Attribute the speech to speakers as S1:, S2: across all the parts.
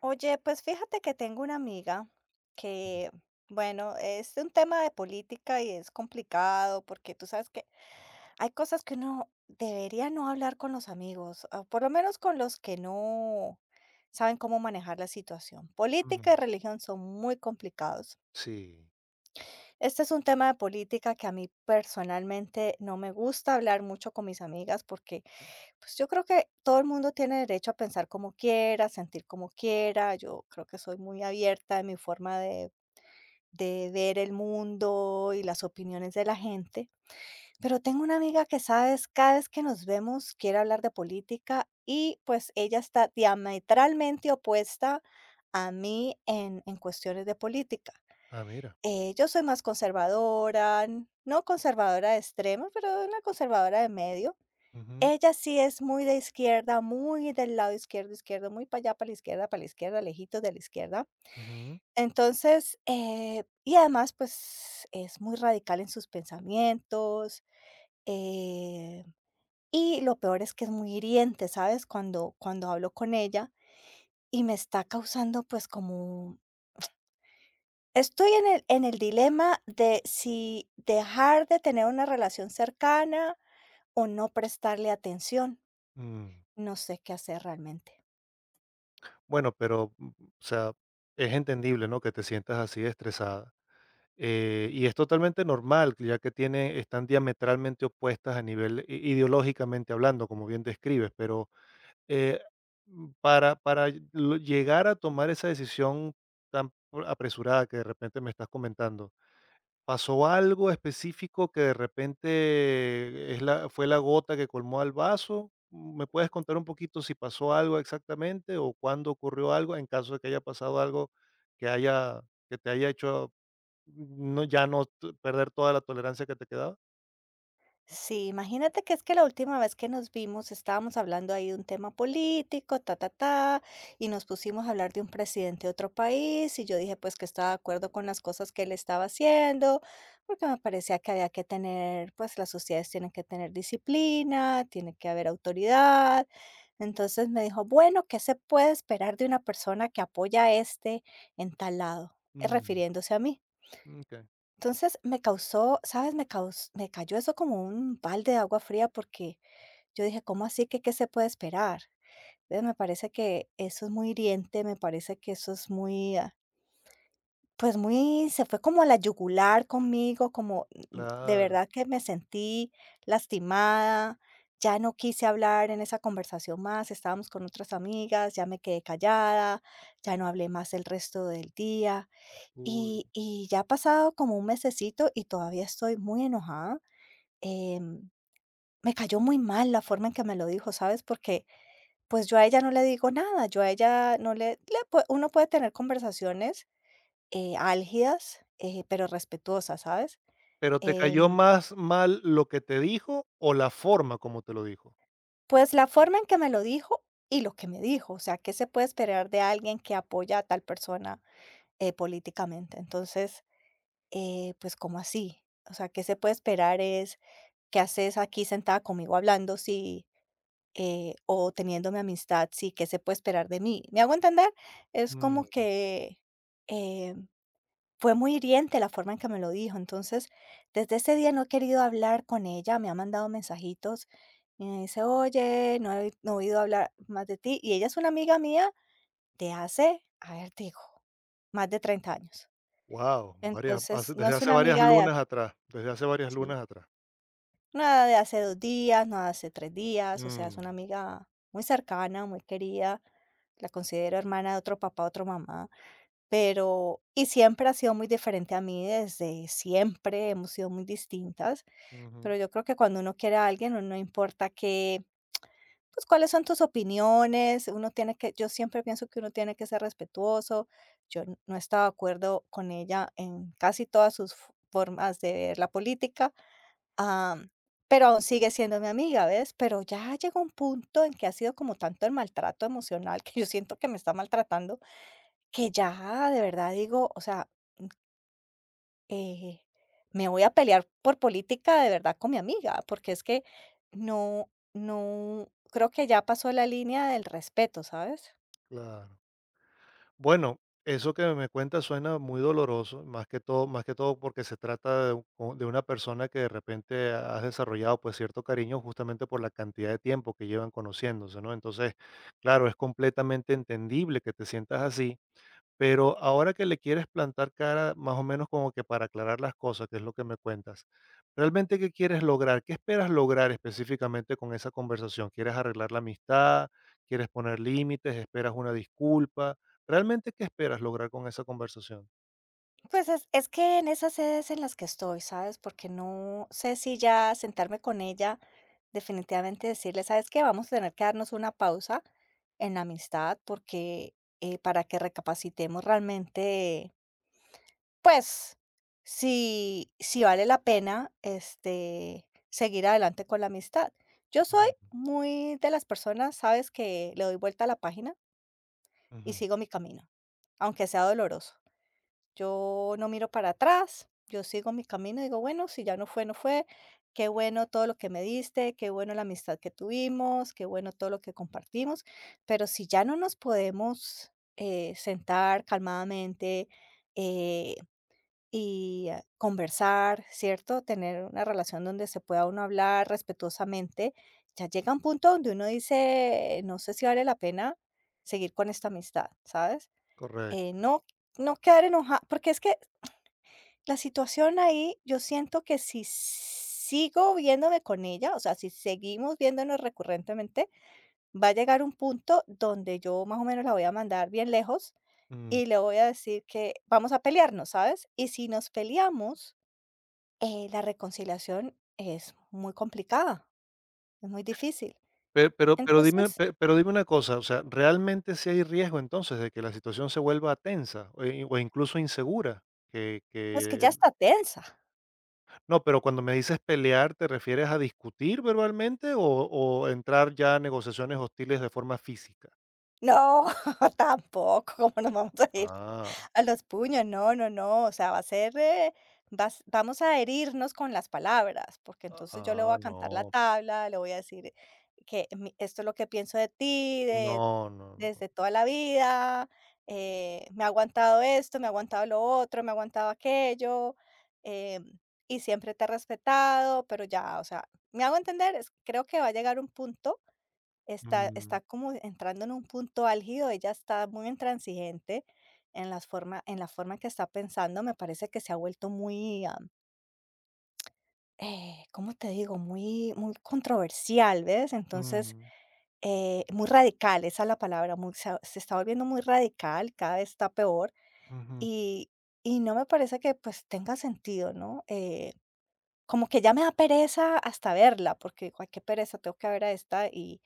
S1: Oye, pues fíjate que tengo una amiga
S2: Ujú,
S1: que, bueno, es un tema de política y es complicado porque tú sabes que hay cosas que uno debería no hablar con los amigos, o por lo menos con los que no saben cómo manejar la situación.
S2: ujú,
S1: Política y religión son muy complicados.
S2: sí.
S1: Este es un tema de política que a mí personalmente no me gusta hablar mucho con mis amigas porque pues yo creo que todo el mundo tiene derecho a pensar como quiera, sentir como quiera. Yo creo que soy muy abierta en mi forma de ver el mundo y las opiniones de la gente. Pero tengo una amiga que, sabes, cada vez que nos vemos quiere hablar de política y pues ella está diametralmente opuesta a mí en cuestiones de política.
S2: Ah, mira.
S1: Yo soy más conservadora, no conservadora de extremo, pero una conservadora de medio.
S2: Ujú,
S1: Ella sí es muy de izquierda, muy del lado izquierdo, izquierdo, muy para allá, para la izquierda, lejitos de la izquierda.
S2: ujú,
S1: Entonces, y además, pues es muy radical en sus pensamientos. eh, y lo peor es que es muy hiriente, ¿sabes? Cuando hablo con ella y me está causando, pues, como. Estoy en en el dilema de si dejar de tener una relación cercana o no prestarle atención.
S2: mm.
S1: No sé qué hacer realmente.
S2: Bueno, pero, o sea, es entendible, ¿no?, que te sientas así estresada, y es totalmente normal, ya que tiene están diametralmente opuestas a nivel i ideológicamente hablando, como bien describes, pero, eh, para ll- lo llegar a tomar esa decisión tan apresurada que de repente me estás comentando. ¿Pasó algo específico que de repente es la fue la gota que colmó al vaso? ¿Me puedes contar un poquito si pasó algo exactamente o cuándo ocurrió algo, en caso de que haya pasado algo que haya que te haya hecho no ya no t perder toda la tolerancia que te quedaba?
S1: Sí, imagínate que es que la última vez que nos vimos estábamos hablando ahí de un tema político, ta, ta, ta, y nos pusimos a hablar de un presidente de otro país, y yo dije pues que estaba de acuerdo con las cosas que él estaba haciendo, porque me parecía que había que tener, pues las sociedades tienen que tener disciplina, tiene que haber autoridad. Entonces me dijo, bueno, ¿qué se puede esperar de una persona que apoya a este en tal lado?
S2: Mm,
S1: Refiriéndose a mí.
S2: okey.
S1: Entonces me causó, ¿sabes? Me cayó eso como un balde de agua fría porque yo dije: "¿Cómo así? ¿Qué se puede esperar?". Entonces me parece que eso es muy hiriente, me parece que eso es muy, pues, muy se fue como a la yugular conmigo, como, de
S2: Claro,
S1: verdad que me sentí lastimada, ya no quise hablar en esa conversación más, estábamos con otras amigas, ya me quedé callada, ya no hablé más el resto del día.
S2: uy.
S1: Y ya ha pasado como un mesecito y todavía estoy muy enojada. Em, Me cayó muy mal la forma en que me lo dijo, ¿sabes? Porque, pues, yo a ella no le digo nada, yo a ella no le le pue uno puede tener conversaciones, álgidas, pero respetuosas, ¿sabes?
S2: ¿Pero te cayó
S1: Em,
S2: más mal lo que te dijo o la forma como te lo dijo?
S1: pues, la forma en que me lo dijo y lo que me dijo, o sea, ¿qué se puede esperar de alguien que apoya a tal persona, políticamente? Entonces, pues, ¿cómo así? O sea, ¿qué se puede esperar? Es, ¿qué haces aquí sentada conmigo hablando si o teniendo mi amistad si qué se puede esperar de mí? ¿Me hago entender? Es como
S2: Mm.
S1: que, eh, fue muy hiriente la forma en que me lo dijo. Entonces, desde ese día no he querido hablar con ella, me ha mandado mensajitos y me dice: "Oye, no he oído hablar más de ti", y ella es una amiga mía de hace, a ver, digo, más de 30 años.
S2: Guau, varias
S1: Entonces,
S2: hace
S1: no
S2: desde
S1: es
S2: hace
S1: una
S2: varias
S1: amiga de hace
S2: lunas atrás, desde hace varias
S1: sí.
S2: lunas atrás.
S1: Nada de hace 2 días, nada de hace 3 días, o sea, es una
S2: Mm,
S1: amiga muy cercana, muy querida, la considero hermana de otro papá, otra mamá, pero y siempre ha sido muy diferente a mí, desde siempre hemos sido muy distintas,
S2: ujú,
S1: pero yo creo que cuando uno quiere a alguien, no importa que, pues, cuáles son tus opiniones, uno tiene que yo siempre pienso que uno tiene que ser respetuoso, yo no estaba de acuerdo con ella en casi todas sus f formas de ver la política. Am, pero aún sigue siendo mi amiga, ¿ves? Pero ya llegó un punto en que ha sido como tanto el maltrato emocional que yo siento que me está maltratando, que ya de verdad digo, o sea, eh, me voy a pelear por política de verdad con mi amiga, porque es que no, no, creo que ya pasó la línea del respeto, ¿sabes?
S2: claro. Bueno, eso que me cuentas suena muy doloroso, más que todo porque se trata de, de una persona que de repente has desarrollado pues cierto cariño justamente por la cantidad de tiempo que llevan conociéndose, ¿no? Entonces, claro, es completamente entendible que te sientas así. Pero ahora que le quieres plantar cara, más o menos como que para aclarar las cosas, que es lo que me cuentas, ¿realmente qué quieres lograr? ¿Qué esperas lograr específicamente con esa conversación? ¿Quieres arreglar la amistad? ¿Quieres poner límites? ¿Esperas una disculpa? ¿Realmente qué esperas lograr con esa conversación?
S1: Pues es que en esas sedes en las que estoy, ¿sabes? Porque no sé si ya sentarme con ella, definitivamente decirle: "¿Sabes qué? Vamos a tener que darnos una pausa en la amistad porque, para que recapacitemos realmente, pues, si vale la pena, este, seguir adelante con la amistad". Yo soy
S2: Ujú,
S1: muy de las personas, ¿sabes?, que le doy vuelta a la página y
S2: ujú,
S1: sigo mi camino, aunque sea doloroso. Yo no miro para atrás, yo sigo mi camino, digo, bueno, si ya no fue, no fue, qué bueno todo lo que me diste, qué bueno la amistad que tuvimos, qué bueno todo lo que compartimos, pero si ya no nos podemos sentar calmadamente eh, y conversar, ¿cierto? Tener una relación donde se pueda uno hablar respetuosamente, ya llega un punto donde uno dice, no sé si vale la pena seguir con esta amistad, ¿sabes?
S2: correcto.
S1: No no quedar enojada, porque es que la situación ahí, yo siento que si sigo viéndome con ella, o sea, si seguimos viéndonos recurrentemente, va a llegar un punto donde yo más o menos la voy a mandar bien lejos
S2: Mm.
S1: y le voy a decir que vamos a pelearnos, ¿sabes? Y si nos peleamos, la reconciliación es muy complicada, es muy difícil. Entonces,
S2: Pero dime una cosa, o sea, ¿realmente si hay riesgo entonces de que la situación se vuelva tensa o incluso insegura?
S1: no, es que
S2: Que
S1: ya está tensa.
S2: No, pero cuando me dices pelear, ¿te refieres a discutir verbalmente o entrar ya a negociaciones hostiles de forma física?
S1: No, tampoco, ¿cómo nos vamos a ir?
S2: Ah,
S1: A los puños, no, no, no, o sea, va a ser, vas vamos a herirnos con las palabras, porque entonces yo le voy
S2: ah,
S1: a cantar la
S2: no.
S1: tabla, le voy a decir que mi esto es lo que pienso de ti, de
S2: No, no, no.
S1: desde toda la vida, me ha aguantado esto, me ha aguantado lo otro, me ha aguantado aquello, em, y siempre te he respetado, pero ya, o sea, ¿me hago entender? Es creo que va a llegar un punto Está
S2: Mm,
S1: está como entrando en un punto álgido, ella está muy intransigente en las forma en la forma en que está pensando, me parece que se ha vuelto muy, ¿cómo te digo? Muy controversial, ¿ves? Entonces,
S2: mm,
S1: muy radical, esa es la palabra, muy se está volviendo muy radical, cada vez está peor,
S2: ujú,
S1: y no me parece que, pues, tenga sentido, ¿no? Como que ya me da pereza hasta verla, porque digo: "Ay, qué pereza, tengo que ver a esta", y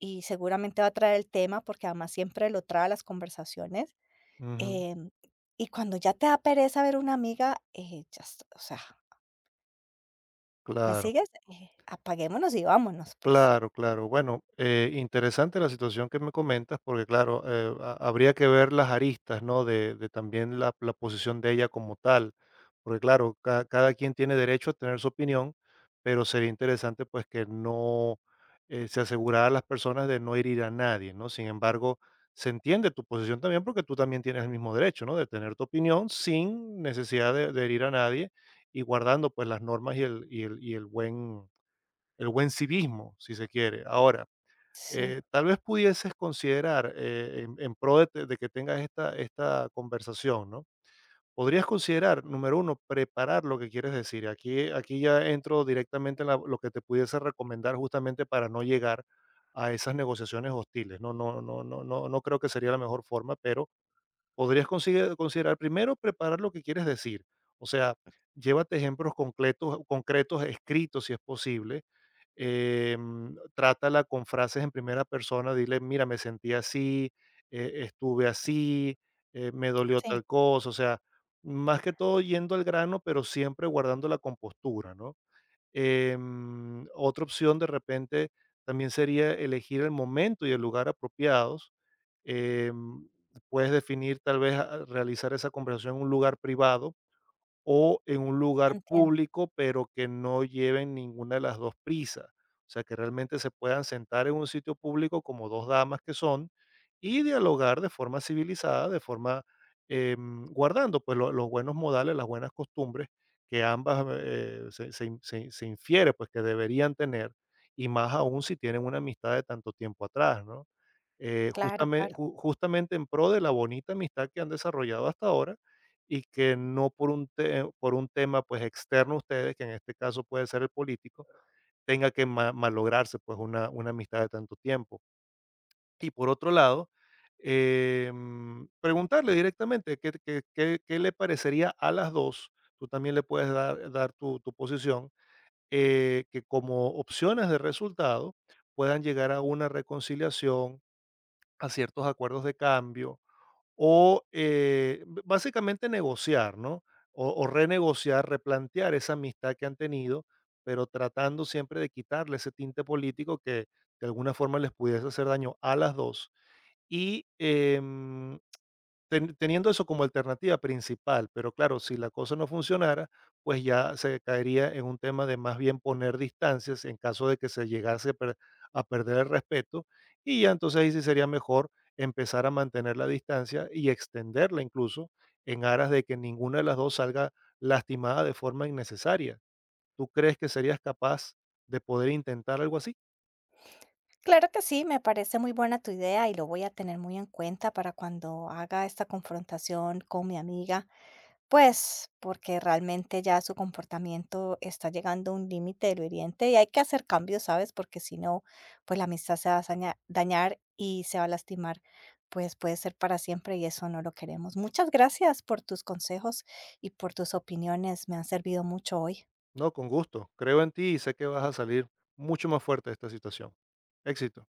S1: seguramente va a traer el tema, porque además siempre lo trae a las conversaciones,
S2: ujú.
S1: em, y cuando ya te da pereza ver una amiga, ya es o sea, ¿me
S2: Claro,
S1: sigues? Apaguémonos y vámonos, pues.
S2: claro, claro. Bueno, interesante la situación que me comentas porque, claro, habría que ver las aristas, ¿no? de también la posición de ella como tal. Porque claro, cada quien tiene derecho a tener su opinión, pero sería interesante pues que no se asegurara a las personas de no herir a nadie, ¿no? Sin embargo, se entiende tu posición también porque tú también tienes el mismo derecho, ¿no? De tener tu opinión sin necesidad de herir a nadie y guardando pues las normas y el, y el, y el buen civismo, si se quiere. Ahora,
S1: Sí,
S2: tal vez pudieses considerar en pro de, de que tengas esta, esta conversación, ¿no? Podrías considerar, número uno, preparar lo que quieres decir. Aquí, aquí ya entro directamente en lo que te pudiese recomendar justamente para no llegar a esas negociaciones hostiles. No, no, no, no, no, no creo que sería la mejor forma, pero podrías considerar primero preparar lo que quieres decir. O sea, llévate ejemplos concretos, concretos escritos si es posible. Trátala con frases en primera persona, dile, mira, me sentí así, estuve así, me dolió
S1: sí,
S2: tal cosa, o sea, más que todo yendo al grano, pero siempre guardando la compostura, ¿no? Otra opción de repente también sería elegir el momento y el lugar apropiados. em, Puedes definir tal vez realizar esa conversación en un lugar privado o en un lugar
S1: entiendo.
S2: público, pero que no lleven ninguna de las 2 prisas. O sea, que realmente se puedan sentar en un sitio público como 2 damas que son, y dialogar de forma civilizada, de forma, guardando, pues, lo los buenos modales, las buenas costumbres que ambas, se se infiere, pues, que deberían tener, y más aún si tienen una amistad de tanto tiempo atrás, ¿no?
S1: Claro,
S2: Justame
S1: claro.
S2: ju justamente en pro de la bonita amistad que han desarrollado hasta ahora y que no por un tema, pues, externo a ustedes, que en este caso puede ser el político, tenga que ma malograrse, pues, una amistad de tanto tiempo. Y por otro lado, preguntarle directamente qué le parecería a las dos. Tú también le puedes dar tu posición, que como opciones de resultado puedan llegar a una reconciliación, a ciertos acuerdos de cambio, o, b básicamente negociar, ¿no? O renegociar, replantear esa amistad que han tenido, pero tratando siempre de quitarle ese tinte político que de alguna forma les pudiese hacer daño a las 2. Y, teniendo eso como alternativa principal, pero claro, si la cosa no funcionara, pues ya se caería en un tema de más bien poner distancias en caso de que se llegase a perder el respeto y ya entonces ahí sí sería mejor empezar a mantener la distancia y extenderla incluso en aras de que ninguna de las dos salga lastimada de forma innecesaria. ¿Tú crees que serías capaz de poder intentar algo así?
S1: Claro que sí, me parece muy buena tu idea y lo voy a tener muy en cuenta para cuando haga esta confrontación con mi amiga. Pues, porque realmente ya su comportamiento está llegando a un límite del hiriente y hay que hacer cambios, ¿sabes? Porque si no, pues la amistad se va a dañar y se va a lastimar, pues puede ser para siempre y eso no lo queremos. Muchas gracias por tus consejos y por tus opiniones, me han servido mucho hoy.
S2: No, con gusto. Creo en ti y sé que vas a salir mucho más fuerte de esta situación. Éxito.